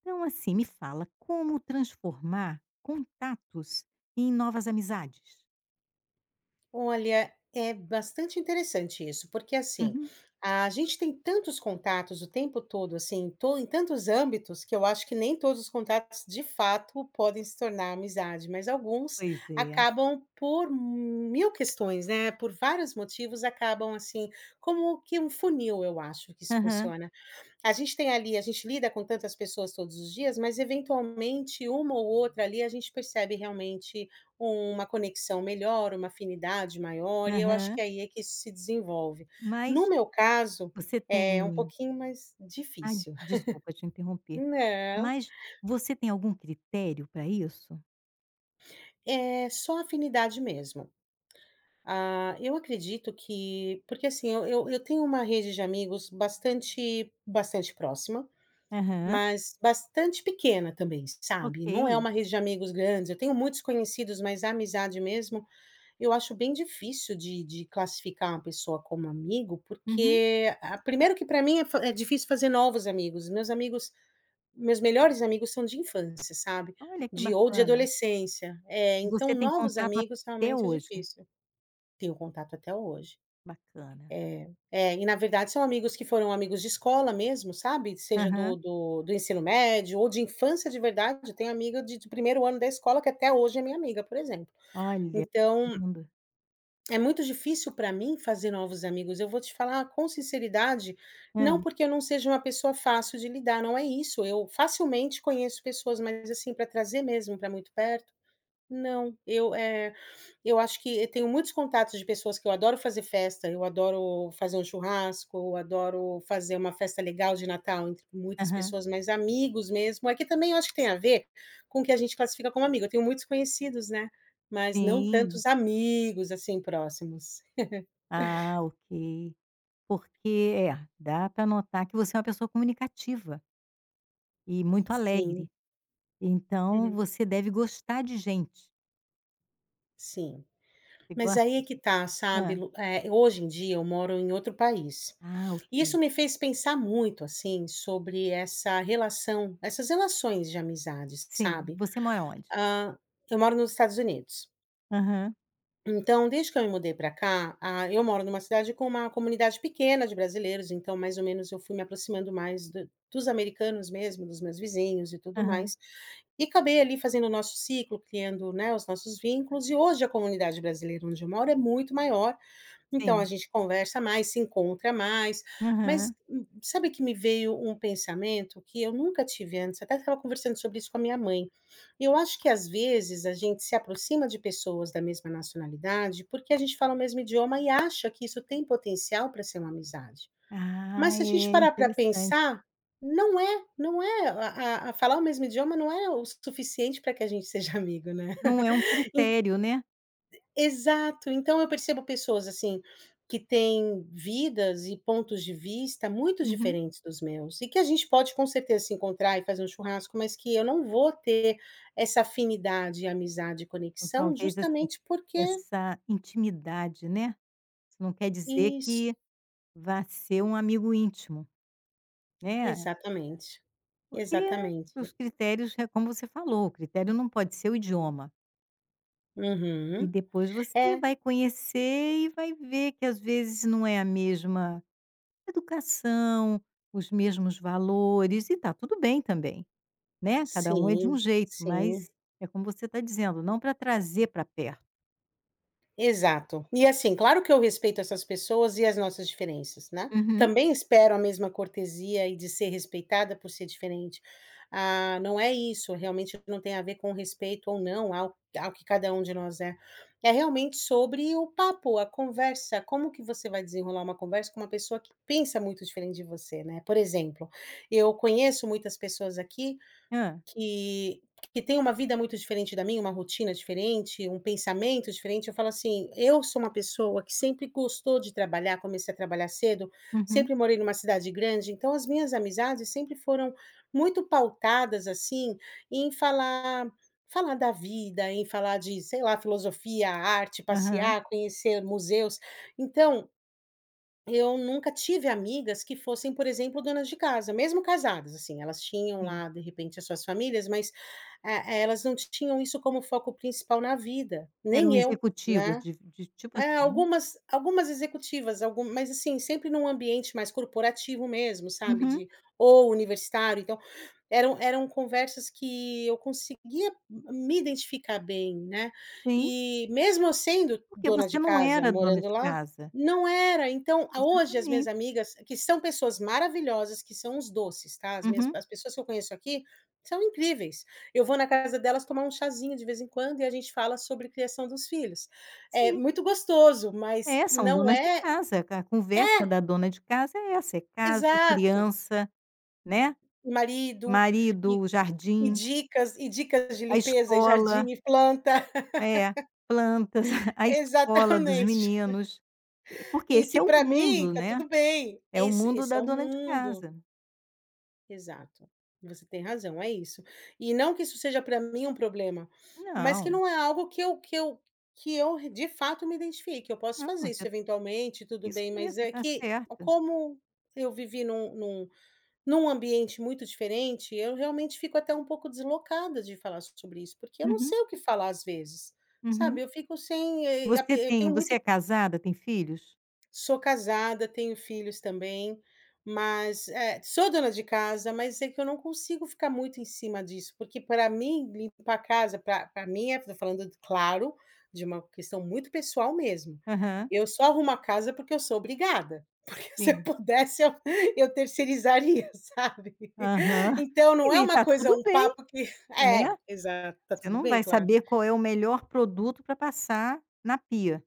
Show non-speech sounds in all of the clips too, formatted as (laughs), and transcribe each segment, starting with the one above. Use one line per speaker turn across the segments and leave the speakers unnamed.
Então, assim, me fala, como transformar contatos em novas amizades?
Olha, é bastante interessante isso, porque assim,
Uhum.
a gente tem tantos contatos o tempo todo, assim, em tantos âmbitos, que eu acho que nem todos os contatos de fato podem se tornar amizade, mas alguns
Pois é.
acabam por mil questões, né? Por vários motivos, acabam assim, como que um funil, eu acho que isso
Aham,
funciona. A gente tem ali a gente lida com tantas pessoas todos os dias, mas eventualmente uma ou outra ali a gente percebe realmente uma conexão melhor, uma afinidade maior, e eu acho que
aham.
aí é que isso se desenvolve. No
Mas
meu caso,
você
é um
tem
pouquinho mais
ah,
difícil. (laughs)
Desculpa te interromper.
Não,
Mas você tem algum critério para isso?
é só afinidade mesmo. Ah, eu acredito que porque assim, eu tenho uma rede de amigos bastante próxima.
Aham,
Mas bastante pequena também, sabe,
ok.
não é uma rede de amigos grandes, eu tenho muitos conhecidos, mas a amizade mesmo, eu acho bem difícil de classificar uma pessoa como amigo,
Uhum.
porque a primeiro que para mim é fa é difícil fazer novos amigos, meus melhores amigos são de infância, sabe,
Olha, que
de ou de
bacana.
adolescência. É,
E
então
você tem
novos
contato
amigos
até
realmente é
hoje.
difícil. Tenho contato até hoje.
Bacana.
É, é, e na verdade são amigos que foram amigos de escola mesmo, sabe, seja do
Aham.
do do ensino médio ou de infância de verdade, tenho amiga de primeiro ano da escola que até hoje é minha amiga, por exemplo.
Olha, que
Então,
lindo.
é muito difícil para mim fazer novos amigos, eu vou te falar com sinceridade, não
Hã.
porque eu não seja uma pessoa fácil de lidar, não é isso, eu facilmente conheço pessoas, mas assim, para trazer mesmo para muito perto, não, eu, eu acho que eu tenho muitos contatos de pessoas que eu adoro fazer festa, eu adoro fazer um churrasco, eu adoro fazer uma festa legal de Natal entre muitas
Aham.
pessoas, mas amigos mesmo, é que também eu acho que tem a ver com o que a gente classifica como amigo. Eu tenho muitos conhecidos, né, mas não
Sim.
tantos amigos, assim, próximos.
Ah, ok. Porque é, dá para notar que você é uma pessoa comunicativa e muito
Sim.
alegre, então
Uhum.
você deve gostar de gente.
Sim.
Você
Mas aí
gosta
é
de.
que tá, sabe,
Hã.
Lu hoje em dia eu moro em outro país.
Ah,
E isso
ok.
me fez pensar muito, assim, sobre essas relações de amizades,
Sim.
sabe.
Você mora onde?
Ah, eu moro nos Estados Unidos.
Aham,
Então, desde que eu me mudei para cá, ah, eu moro numa cidade com uma comunidade pequena de brasileiros, então mais ou menos eu fui me aproximando mais do dos americanos mesmo, dos meus vizinhos e tudo
aham.
mais, e acabei ali fazendo o nosso ciclo, criando, né, os nossos vínculos, e hoje a comunidade brasileira onde eu moro é muito maior, então a
Sim.
gente conversa mais, se encontra mais, mas
Aham.
sabe que me veio um pensamento que eu nunca tive antes, até estava conversando sobre isso com a minha mãe. Eu acho que às vezes a gente se aproxima de pessoas da mesma nacionalidade, porque a gente fala o mesmo idioma e acha que isso tem potencial para ser uma amizade.
Ah,
Mas se a gente
é
parar para
interessante.
pensar, não é, não é a falar o mesmo idioma não é o suficiente para que a gente (laughs) seja amigo, né.
Não é um
(laughs)
critério, né.
Exato, então eu percebo pessoas, assim, que têm vidas e pontos de vista muito
Uhum.
diferentes dos meus, e que a gente pode com certeza se encontrar e fazer um churrasco, mas que eu não vou ter essa afinidade, amizade e
Ou
conexão
talvez, assim,
justamente porque
essa intimidade, né, isso não quer dizer
isso,
que vá ser um amigo íntimo, né.
exatamente,
Porque os
exatamente.
critérios é como você falou, o critério não pode ser o idioma. E
Uhum.
depois você
É,
vai conhecer e vai ver que às vezes não é a mesma educação, os mesmos valores, e tá tudo bem também, né, cada um é de um
sim,
jeito,
sim.
mas é como você está dizendo, não para trazer para perto.
Exato. E assim, claro que eu respeito essas pessoas e as nossas diferenças, né.
Uhum.
Também espero a mesma cortesia e de ser respeitada por ser diferente. Ah, não é isso, realmente não tem a ver com respeito ou não ao que cada um de nós é. É realmente sobre o papo, a conversa, como que você vai desenrolar uma conversa com uma pessoa que pensa muito diferente de você, né. Por exemplo, eu conheço muitas pessoas aqui
Hã.
que que tem uma vida muito diferente da minha, uma rotina diferente, um pensamento diferente, eu falo assim: "Eu sou uma pessoa que sempre gostou de trabalhar, comecei a trabalhar cedo,
Uhum.
sempre morei numa cidade grande, então as minhas amizades sempre foram muito pautadas, assim, em falar da vida, em falar de, sei lá, filosofia, arte,
Aham,
passear, conhecer museus". Então eu nunca tive amigas que fossem, por exemplo, donas de casa, mesmo casadas, assim, elas tinham
sim.
lá, de repente, as suas famílias, mas, eh, elas não tinham isso como foco principal na vida,
Eram
nem eu,
executivas
né.
de tipo
É,
assim.
algumas executivas, algum mas assim, sempre num ambiente mais corporativo mesmo, sabe,
Uhum,
de ou universitário, então, eram conversas que eu conseguia me identificar bem, né,
sim,
e mesmo eu sendo
porque
dona de
você não
casa,
era dona
morando
de
lá,
casa.
não era, então, hoje as minhas
Exatamente.
amigas, que são pessoas maravilhosas, que são uns doces, tá,
Uhum.
as pessoas que eu conheço aqui, são incríveis. Eu vou na casa delas tomar um chazinho de vez em quando e a gente fala sobre criação dos filhos. É
Sim.
muito gostoso, mas
É, são
não
donas de
é
casa, a conversa da dona de casa é essa, é casa,
exato.
criança, né,
Marido e
marido,
e
jardim,
dicas de
a
limpeza e
escola,
jardim e planta. (laughs)
é, plantas, (laughs) a escola dos
Exatamente.
meninos, e porque
E
esse
que
é o
para mim
mundo,
está
né,
tudo bem.
é
É
o mundo
esse é
da
o
dona de
mundo.
casa.
Exato. Você tem razão, é isso. E não que isso seja para mim um problema, mas que
Não,
não é algo que eu que eu de fato me identifique. Eu posso
não,
fazer isso
você
eventualmente, tudo
isso
bem, mas
mesmo,
é
tá
que
certo.
como eu vivi num Num ambiente muito diferente, eu realmente fico até um pouco deslocada de falar sobre isso, porque eu não
Uhum,
sei o que falar às vezes,
uhum.
sabe, eu fico sem, eh, ape eu tenho
Você
muito
é casada, tem filhos?
Sou casada, tenho filhos também, mas, eh, sou dona de casa, mas é que eu não consigo ficar muito em cima disso, porque para mim limpar a casa, para pra mim estou falando, claro, de uma questão muito pessoal mesmo.
Aham,
Eu só arrumo a casa porque eu sou obrigada, (laughs) porque se eu
sim.
pudesse eu terceirizaria, sabe. (laughs)
Aham. (laughs)
Então não é
E
uma
tá
coisa
tudo
um
bem,
papo que
né.
é, exato, tá
Você
tudo
não
bem,
vai
claro.
saber qual é o melhor produto para passar na pia,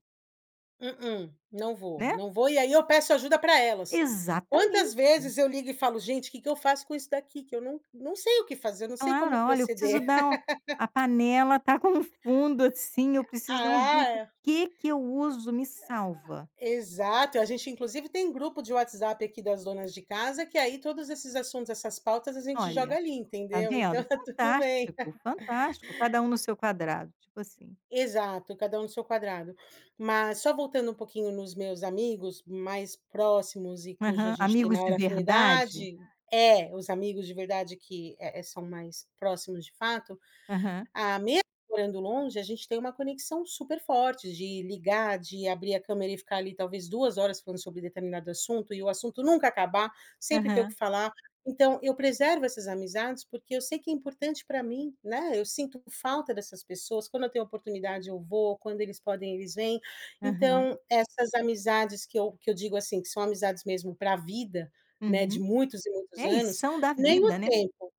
Mm-mm,
né.
não vou, e aí eu peço ajuda para elas. Quantas
Exatamente.
vezes eu ligo e falo: "Gente, o que que eu faço com isso daqui? Que eu não sei o que fazer, eu não sei
Claro,
como
olha, eu preciso
proceder".
dar
(laughs)
um a panela tá com um fundo, assim, eu preciso dar um jeito, o
Ah,
que que eu uso me salva.
exato, a gente inclusive tem um grupo de WhatsApp aqui das donas de casa, que aí todos esses assuntos, essas pautas, a gente joga
Olha,
ali,
tá
entendeu.
vendo?
Então (laughs) tá tudo bem.
Fantástico, fantástico, cada um no seu quadrado, tipo assim.
Exato, cada um no seu quadrado. Mas só voltando um pouquinho nos meus amigos mais próximos e cuja a
Aham.
gente tem
Amigos
maior
de verdade.
afinidade é, os amigos de verdade que, são mais próximos de fato,
Aham,
ah, mesmo morando longe, a gente tem uma conexão super forte de ligar, de abrir a câmera e ficar ali talvez 2 horas falando sobre determinado assunto e o assunto nunca acabar, sempre ter o que
aham,
falar. Então eu preservo essas amizades, porque eu sei que é importante para mim, né, eu sinto falta dessas pessoas, quando eu tenho oportunidade eu vou, quando eles podem eles vêm.
aham,
Então essas amizades que eu digo, assim, que são amizades mesmo para a vida, né, de
uhum.
muitos e muitos
É isso,
anos,
são da
nem
vida,
o
né.
tempo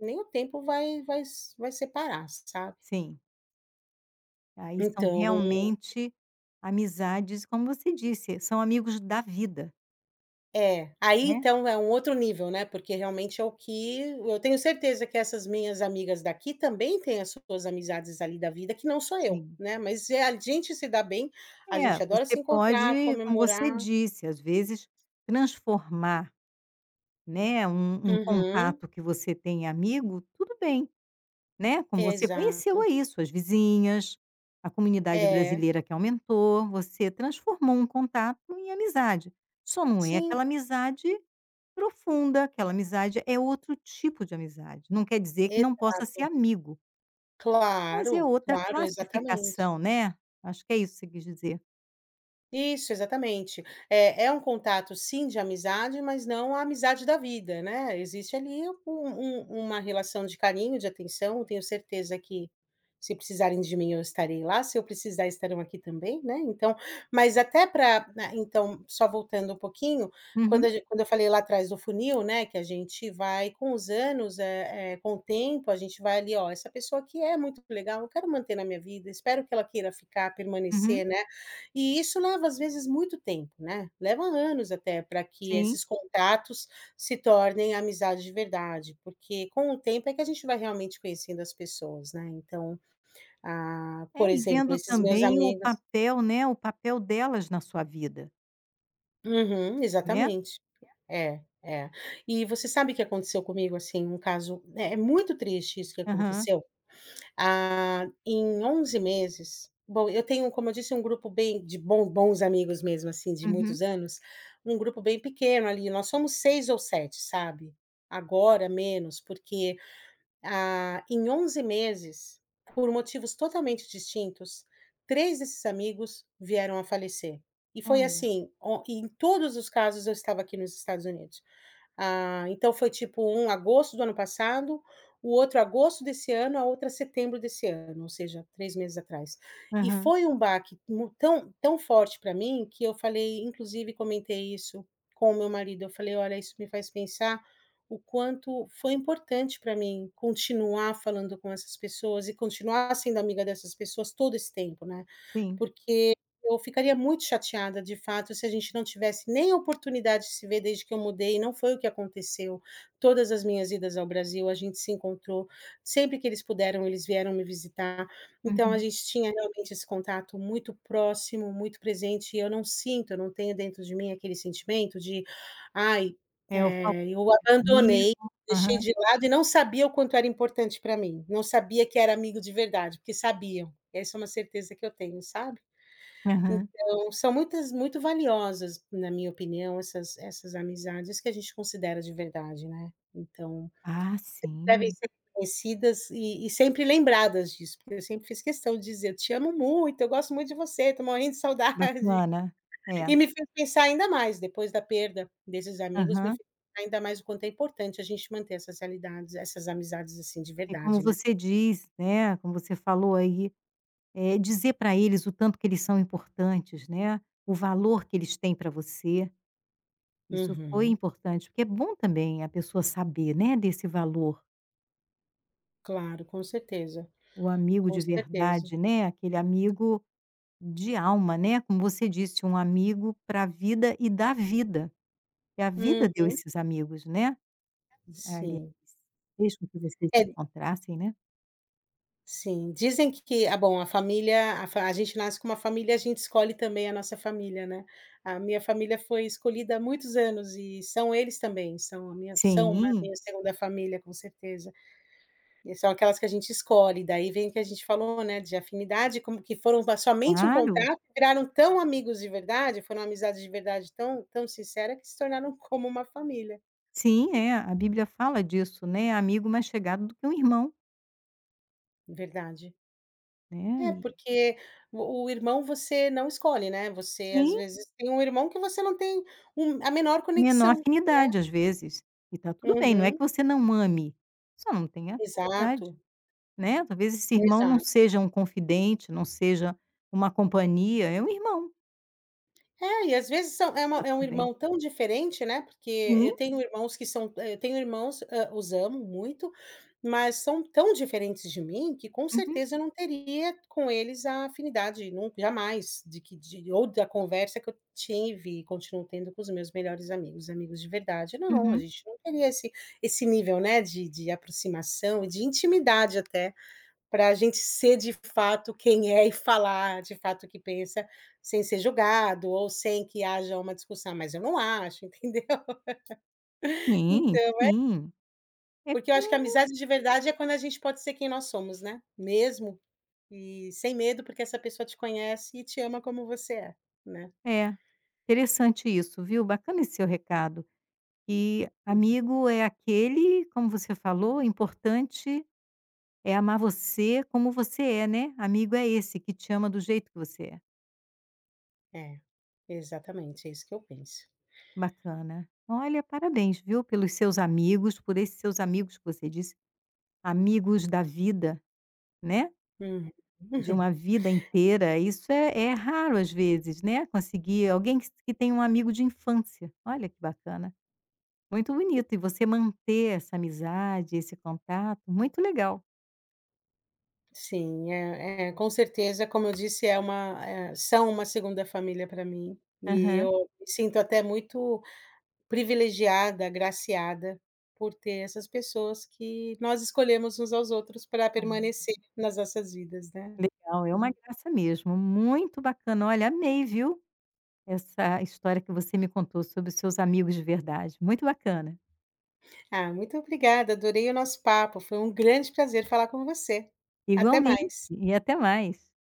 nem o tempo vai vai separar, sabe.
Sim. Aí são
Então
realmente amizades, como você disse, são amigos da vida,
é, aí
né.
então é um outro nível, né, porque realmente é o que eu tenho certeza que essas minhas amigas daqui também têm as suas amizades ali da vida, que não sou eu,
Sim.
né, mas é a gente se dá bem, a
É,
gente adora
você
se encontrar,
pode, como você
comemorar.
disse, às vezes transformar, né, um
Uhum.
contato que você tem amigo, tudo bem, né, como você conheceu
Exato.
aí suas vizinhas, a comunidade
É.
brasileira que aumentou, você transformou um contato em amizade. Só não é
Sim,
aquela amizade profunda, aquela amizade é outro tipo de amizade, não quer dizer que não possa ser
exato.
amigo, mas é
Claro,
outra
claro, exatamente.
classificação, né, acho que é isso que você quis dizer.
Isso, exatamente. É é um contato sim de amizade, mas não a amizade da vida, né, existe ali um, uma relação de carinho, de atenção, eu tenho certeza que se precisarem de mim eu estarei lá, se eu precisar estarão aqui também, né, então mas até para então, só voltando um pouquinho, quando
Uhum,
a gen quando eu falei lá atrás do funil, né, que a gente vai com os anos, com o tempo, a gente vai ali: "Ó, essa pessoa aqui é muito legal, eu quero manter na minha vida, espero que ela queira ficar, permanecer,
uhum,
né". E isso leva às vezes muito tempo, né, leva anos até para que
sim.
esses contatos se tornem amizade de verdade, porque com o tempo é que a gente vai realmente conhecendo as pessoas, né, então, ah,
É,
por
e
exemplo,
vendo
esses meus
também o
amigos
papel, né, o papel delas na sua vida,
Uhum,
né.
exatamente. É, é. E você sabe o que aconteceu comigo, assim, um caso é muito triste isso que
Aham,
aconteceu Ah, em 11 meses bom, eu tenho, como eu disse, um grupo bem de bom bons amigos mesmo, assim, de
uhum.
muitos anos, um grupo bem pequeno ali, nós somos 6 ou 7, sabe. Agora menos, porque, em 11 meses, por motivos totalmente distintos, 3 desses amigos vieram a falecer. E foi
Olha,
assim, o em todos os casos eu estava aqui nos Estados Unidos. Então foi tipo um agosto do ano passado, o outro agosto desse ano, a outra setembro desse ano, ou seja, 3 meses atrás. E
aham,
foi um baque mu tão tão forte para mim que eu falei, inclusive comentei isso com o meu marido, eu falei: "Olha, isso me faz pensar o quanto foi importante para mim continuar falando com essas pessoas e continuar sendo amiga dessas pessoas todo esse tempo, né".
sim,
Porque eu ficaria muito chateada, de fato, se a gente não tivesse nem a oportunidade de se ver desde que eu mudei, e não foi o que aconteceu. Todas as minhas idas ao Brasil, a gente se encontrou, sempre que eles puderam, eles vieram me visitar. Então a
uhum.
gente tinha realmente esse contato muito próximo, muito presente, e eu não sinto, eu não tenho dentro de mim aquele sentimento de: "Ai,
É o falso
eu abandonei,
amigo.
deixei
Aham,
de lado e não sabia o quanto era importante para mim, não sabia que era amigo de verdade", porque sabiam. Essa é uma certeza que eu tenho, sabe?
aham.
Então, são muitas muito valiosas, na minha opinião, essas amizades que a gente considera de verdade, né. Então,
Ah,
devem
sim,
ser conhecidas e sempre lembradas disso, porque eu sempre fiz questão de dizer: "Eu te amo muito, eu gosto muito de você, estou morrendo de saudade". (laughs)
bacana. É,
E me fez pensar ainda mais, depois da perda desses amigos, me
aham.
fez pensar ainda mais o quanto é importante a gente manter essas realidades, essas amizades, assim, de
E como
verdade, né.
você diz, né, como você falou aí. Dizer para eles o tanto que eles são importantes, né, o valor que eles têm para você, isso foi
Uhum.
importante, porque é bom também a pessoa saber, né, desse valor.
Claro, com certeza,
O amigo
com
de
certeza.
verdade, né, aquele amigo de alma, né, como você disse, um amigo para a vida e da vida, que a vida
Uhum.
deu esses amigos, né, aliás,
Sim.
fez com que vocês se
É.
encontrassem, né.
Sim, dizem que bom, a gente nasce com uma família, a gente escolhe também a nossa família, né. A minha família foi escolhida há muitos anos e são eles também, são uma
Sim,
minha segunda família, com certeza. E são aquelas que a gente escolhe, daí vem o que a gente falou, né, de afinidade, como que foram va somente um
claro.
contato, viraram tão amigos de verdade, foram amizades de verdade tão tão sincera que se tornaram como uma família.
Sim, é, a Bíblia fala disso, né, amigo mais chegado do que um irmão,
Verdade.
né,
É,
e
porque o irmão você não escolhe, né, você às
sim.
vezes tem um irmão que você não tem a menor
Menor
conexão.
afinidade, às vezes, e tá tudo bem, não é que
Uhum,
você não ame, só não tem afinidade,
exato,
né, talvez esse irmão não
exato.
seja um confidente, não seja uma companhia, é um irmão,
É, e às vezes são é uma
tá
é um
tudo bem.
irmão tão diferente, né, porque
Sim,
eu tenho irmãos, os amo muito, mas são tão diferentes de mim que com
uhum,
certeza eu não teria com eles a afinidade, nun jamais, de que de ou da conversa que eu tive e continuo tendo com os meus melhores amigos, amigos de verdade. Não, a
uhum.
gente não teria esse nível, né, de aproximação e de intimidade até, para a gente ser de fato quem é e falar de fato o que pensa, sem ser julgado ou sem que haja uma discussão, mas eu não acho, (laughs) entendeu?
Sim,
Então,
sim, é
porque eu acho que a
como
amizade de verdade é quando a gente pode ser quem nós somos, né, mesmo, e sem medo, porque essa pessoa te conhece e te ama como você é, né.
é, interessante isso, viu, bacana esse seu recado, e
Hum,
amigo é aquele, como você falou, importante é amar você como você é, né, amigo é esse que te ama do jeito que você é.
é, exatamente, é isso que eu penso.
Bacana. Olha, parabéns, viu, pelos seus amigos, por esses seus amigos que você disse, amigos da vida, né,
Uhum.
de
(laughs)
uma vida inteira. Isso é raro às vezes, né, conseguir alguém que tem um amigo de infância. Olha que bacana, muito bonito. E você manter essa amizade, esse contato, muito legal.
Sim, é é, com certeza, como eu disse, são uma segunda família para mim, e eu
Aham.
me sinto até muito privilegiada, agraciada, por ter essas pessoas que nós escolhemos uns aos outros para
Ah,
permanecer nas nossas vidas, né.
legal, é uma graça mesmo, muito bacana. Olha, amei, viu, essa história que você me contou sobre os seus amigos de verdade, muito bacana.
Ah, muito obrigada, adorei o nosso papo, foi um grande prazer falar com você. Até
Igualmente,
mais.
e até mais.